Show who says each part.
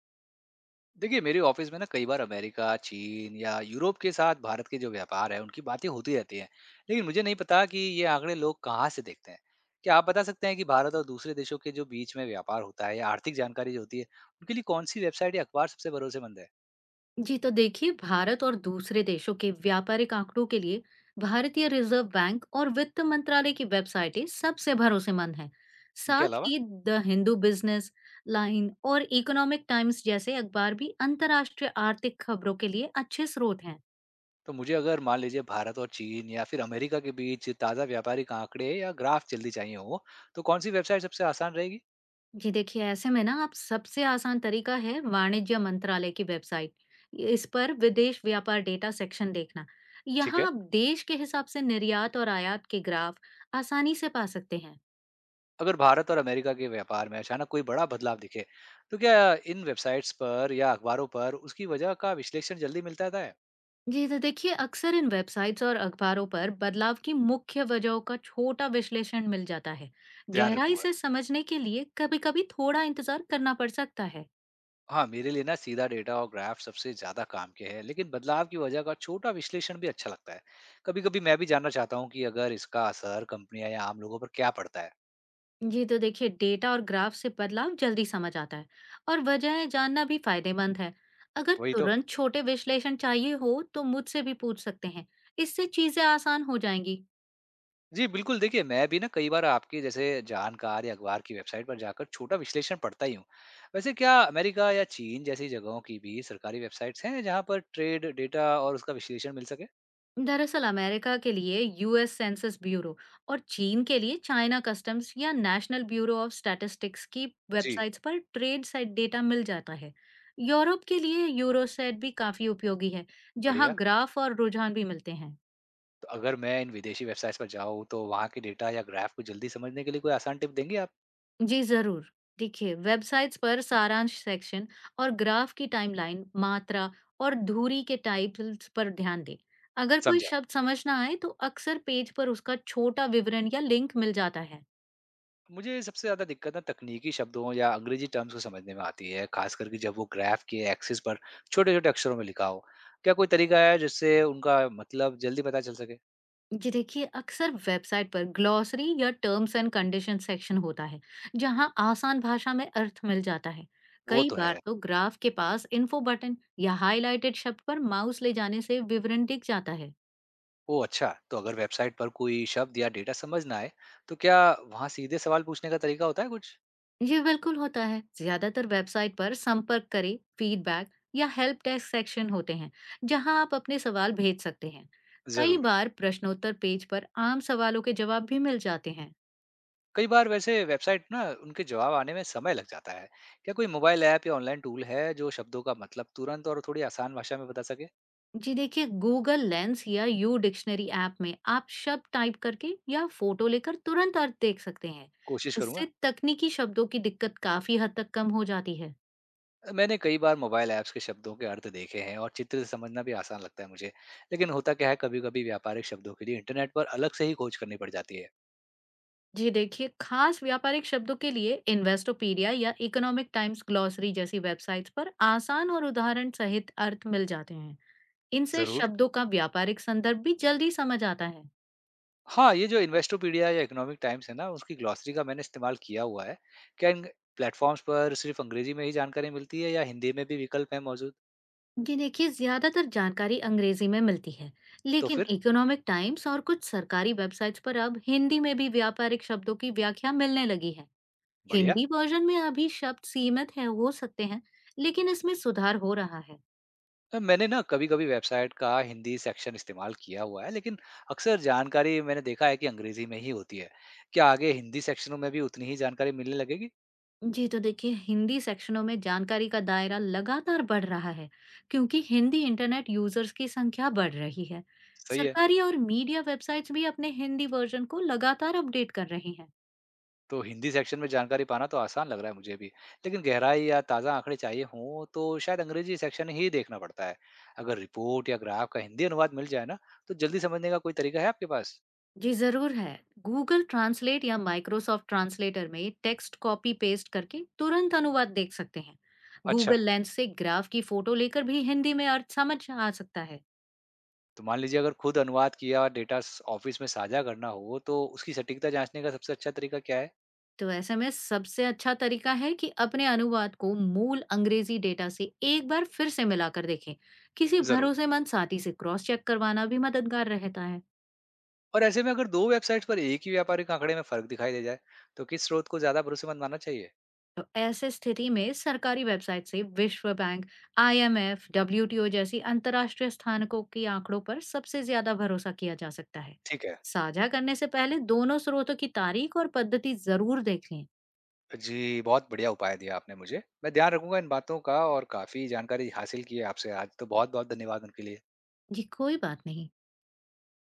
Speaker 1: देखिए मेरे ऑफिस में ना कई बार अमेरिका, चीन या यूरोप के साथ भारत के जो व्यापार है उनकी बातें होती रहती हैं, लेकिन मुझे नहीं पता कि ये आंकड़े लोग कहाँ से देखते हैं। क्या आप बता सकते हैं कि भारत और दूसरे देशों के जो बीच में व्यापार होता है या आर्थिक जानकारी जो होती है, उनके लिए कौन सी वेबसाइट या अखबार सबसे भरोसेमंद है?
Speaker 2: जी तो देखिए, भारत और दूसरे देशों के व्यापारिक आंकड़ों के लिए भारतीय रिजर्व बैंक और वित्त मंत्रालय की वेबसाइटें सबसे भरोसेमंद हैं।
Speaker 1: इनके
Speaker 2: साथ
Speaker 1: अलावा?
Speaker 2: ही द हिंदू बिजनेस लाइन और इकोनॉमिक टाइम्स जैसे अखबार भी अंतर्राष्ट्रीय आर्थिक खबरों के लिए अच्छे स्रोत हैं।
Speaker 1: तो मुझे अगर मान लीजिए भारत और चीन या फिर अमेरिका के बीच ताज़ा व्यापारिक आंकड़े या ग्राफ जल्दी चाहिए हो, तो कौन सी वेबसाइट सबसे आसान रहेगी?
Speaker 2: जी देखिए, ऐसे में ना आप सबसे आसान तरीका है वाणिज्य मंत्रालय की वेबसाइट। इस पर विदेश व्यापार डेटा सेक्शन देखना।
Speaker 1: ठीक
Speaker 2: यहाँ
Speaker 1: है।
Speaker 2: आप देश के हिसाब से निर्यात और आयात के ग्राफ आसानी से पा सकते हैं।
Speaker 1: अगर भारत और अमेरिका के व्यापार में अचानक कोई बड़ा बदलाव दिखे, तो क्या इन वेबसाइट्स पर या अखबारों पर उसकी वजह का विश्लेषण जल्दी मिलता है?
Speaker 2: जी तो देखिए, अक्सर इन वेबसाइट्स और अखबारों पर बदलाव की मुख्य वजहों का छोटा विश्लेषण मिल जाता है।
Speaker 1: ध्यान
Speaker 2: गहराई
Speaker 1: रखूंगा।
Speaker 2: से समझने के लिए कभी-कभी थोड़ा इंतजार करना पड़ सकता है।
Speaker 1: हाँ, मेरे लिए ना सीधा डेटा और ग्राफ सबसे ज्यादा काम के हैं, लेकिन बदलाव की वजह का छोटा विश्लेषण भी अच्छा लगता है। कभी-कभी मैं भी जानना चाहता हूँ कि अगर इसका असर कंपनियां या आम लोगों पर क्या पड़ता है।
Speaker 2: जी तो देखिए, डेटा और ग्राफ से बदलाव जल्दी समझ आता है और वजहें जानना भी फायदेमंद है। अगर
Speaker 1: वही तो।
Speaker 2: तुरंत छोटे विश्लेषण चाहिए हो तो मुझसे भी पूछ सकते हैं। इससे चीजें आसान हो जाएंगी।
Speaker 1: जी, बिल्कुल। देखिए, मैं भी ना कई बार आपके जैसे जानकार या अखबार की वेबसाइट पर जाकर छोटा विश्लेषण पढ़ता ही हूँ। वैसे क्या अमेरिका या चीन जैसी जगहों की भी सरकारी वेबसाइट्स हैं जहाँ पर ट्रेड डेटा और उसका विश्लेषण मिल सके?
Speaker 2: दरअसल अमेरिका के लिए यूएस सेंसस ब्यूरो और चीन के लिए चाइना कस्टम्स या नेशनल ब्यूरो ऑफ स्टैटिस्टिक्स की
Speaker 1: जी।
Speaker 2: वेबसाइट्स पर ट्रेड साइट डेटा मिल जाता है। यूरोप के लिए यूरोसेट भी काफी उपयोगी है, जहां
Speaker 1: बढ़िया।
Speaker 2: ग्राफ और रुझान भी मिलते हैं।
Speaker 1: तो अगर मैं इन विदेशी वेबसाइट्स पर जाऊँ तो वहाँ के डेटा या ग्राफ को जल्दी समझने के लिए कोई आसान टिप देंगे आप?
Speaker 2: जी जरूर। देखिए, वेबसाइट्स पर सारांश सेक्शन और ग्राफ की टाइमलाइन, मात्रा और धुरी के टाइटल्स पर ध्यान दें। अगर कोई
Speaker 1: समझा।
Speaker 2: शब्द समझ ना आए तो अक्सर पेज पर उसका छोटा विवरण या लिंक मिल जाता है।
Speaker 1: मुझे सबसे ज़्यादा दिक्कत ना तकनीकी शब्दों या अंग्रेजी टर्म्स को समझने में आती है, खास करके जब वो ग्राफ के एक्सिस पर छोटे-छोटे अक्षरों में लिखा हो। क्या कोई तरीका है जिससे उनका मतलब जल्दी पता चल सके?
Speaker 2: जी देखिए, अक्सर वेबसाइट पर ग्लॉसरी या टर्म्स एंड कंडीशन सेक्शन होता है, जहां आसान भाषा में अर्थ मिल जाता है।
Speaker 1: वो
Speaker 2: कई
Speaker 1: तो है।
Speaker 2: बार तो ग्राफ के पास इन्फो बटन या हाइलाइटेड शब्द पर माउस ले जाने से विवरण दिख जाता है।
Speaker 1: ओह! अच्छा, तो अगर वेबसाइट पर कोई शब्द या डेटा समझ ना आए, तो क्या वहाँ सीधे सवाल पूछने का तरीका होता है कुछ?
Speaker 2: ये बिल्कुल होता है। ज्यादातर वेबसाइट पर संपर्क करें, फीडबैक या हेल्प डेस्क सेक्शन होते हैं, जहां आप अपने सवाल भेज सकते हैं। कई
Speaker 1: ज़रूर।
Speaker 2: बार प्रश्नोत्तर पेज पर आम सवालों के जवाब भी मिल जाते हैं।
Speaker 1: कई बार वैसे वेबसाइट ना उनके जवाब आने में समय लग जाता है। क्या कोई मोबाइल ऐप या ऑनलाइन टूल है जो शब्दों का मतलब तुरंत और थोड़ी आसान भाषा में बता सके?
Speaker 2: जी देखिए, गूगल लेंस या यू डिक्शनरी ऐप में आप शब्द टाइप करके या फोटो लेकर तुरंत अर्थ देख सकते हैं।
Speaker 1: कोशिश करूँगा।
Speaker 2: इससे तकनीकी शब्दों की दिक्कत काफी हद तक कम हो जाती है।
Speaker 1: मैंने कई बार मोबाइल ऐप्स के शब्दों के अर्थ देखे हैं, और चित्र से समझना भी आसान लगता है मुझे। लेकिन होता क्या है कभी-कभी व्यापारिक शब्दों के लिए इंटरनेट पर अलग से ही खोज करनी पड़ जाती है।
Speaker 2: जी देखिए, खास व्यापारिक शब्दों के लिए इन्वेस्टोपीडिया या इकोनॉमिक टाइम्स ग्लॉसरी जैसी वेबसाइट्स पर आसान और उदाहरण सहित अर्थ मिल जाते हैं। इनसे
Speaker 1: ज़रूर।
Speaker 2: शब्दों का व्यापारिक संदर्भ भी जल्दी समझ आता है।
Speaker 1: हाँ, ये जो इन्वेस्टोपीडिया या इकोनॉमिक टाइम्स है ना, उसकी ग्लॉसरी का मैंने इस्तेमाल किया हुआ है। क्या इन प्लेटफ़ॉर्म्स पर सिर्फ़ अंग्रेजी में ही जानकारी मिलती है या हिंदी में भी विकल्प हैं मौजूद?
Speaker 2: जी देखिए, ज्यादातर जानकारी अंग्रेजी में मिलती है,
Speaker 1: तो
Speaker 2: लेकिन
Speaker 1: फिर?
Speaker 2: इकोनॉमिक टाइम्स और कुछ सरकारी वेबसाइट्स पर अब हिंदी में भी व्यापारिक शब्दों की व्याख्या मिलने लगी है।
Speaker 1: बढ़िया।
Speaker 2: हिंदी वर्जन में अभी शब्द सीमित है हो सकते हैं, लेकिन इसमें सुधार हो रहा है।
Speaker 1: मैंने ना कभी-कभी वेबसाइट का हिंदी सेक्शन इस्तेमाल किया हुआ है, लेकिन अक्सर जानकारी मैंने देखा है कि अंग्रेजी में ही होती है। क्या आगे हिंदी सेक्शनों में भी उतनी ही जानकारी मिलने लगेगी?
Speaker 2: जी तो देखिए, हिंदी सेक्शनों में जानकारी का दायरा लगातार बढ़ रहा है, क्योंकि हिंदी इंटरनेट यूजर्स की संख्या बढ़ रही है।
Speaker 1: सही है।
Speaker 2: सरकारी और मीडिया वेबसाइट्स भी अपने हिंदी वर्जन को लगातार अपडेट कर रही हैं।
Speaker 1: तो हिंदी सेक्शन में जानकारी पाना तो आसान लग रहा है मुझे भी, लेकिन गहराई या ताज़ा आंकड़े चाहिए हों तो शायद अंग्रेजी सेक्शन ही देखना पड़ता है। अगर रिपोर्ट या ग्राफ का हिंदी अनुवाद मिल जाए ना, तो जल्दी समझने का कोई तरीका है आपके पास?
Speaker 2: जी जरूर है। गूगल ट्रांसलेट या माइक्रोसॉफ्ट ट्रांसलेटर में टेक्स्ट कॉपी पेस्ट करके तुरंत अनुवाद देख सकते हैं।
Speaker 1: अच्छा।
Speaker 2: गूगल लेंस से ग्राफ की फोटो लेकर भी हिंदी में अर्थ समझ आ सकता है।
Speaker 1: तो मान लीजिए अगर खुद अनुवाद किया और डेटा ऑफिस में साझा करना हो, तो उसकी सटीकता जांचने का सबसे अच्छा तरीका क्या है?
Speaker 2: तो ऐसे में सबसे अच्छा तरीका है कि अपने अनुवाद को मूल अंग्रेजी डेटा से एक बार फिर से मिलाकर देखें। किसी
Speaker 1: जरूर।
Speaker 2: भरोसेमंद साथी से क्रॉस चेक करवाना भी मददगार रहता है।
Speaker 1: और ऐसे में अगर दो वेबसाइट्स पर एक ही व्यापारिक आंकड़े में फर्क दिखाई दे जाए, तो किस स्रोत को ज्यादा भरोसेमंद मानना चाहिए?
Speaker 2: तो ऐसे स्थिति में सरकारी वेबसाइट से विश्व बैंक, आईएमएफ, डब्ल्यूटीओ जैसी अंतर्राष्ट्रीय स्थानकों के आंकड़ों पर सबसे ज्यादा भरोसा किया जा सकता है।
Speaker 1: ठीक है।
Speaker 2: साझा करने से पहले दोनों स्रोतों की तारीख और पद्धति जरूर देख लें।
Speaker 1: जी, बहुत बढ़िया उपाय दिया आपने मुझे। मैं ध्यान रखूँगा इन बातों का, और काफ़ी जानकारी हासिल की है आपसे आज। तो बहुत-बहुत धन्यवाद उनके लिए।
Speaker 2: ये कोई बात नहीं।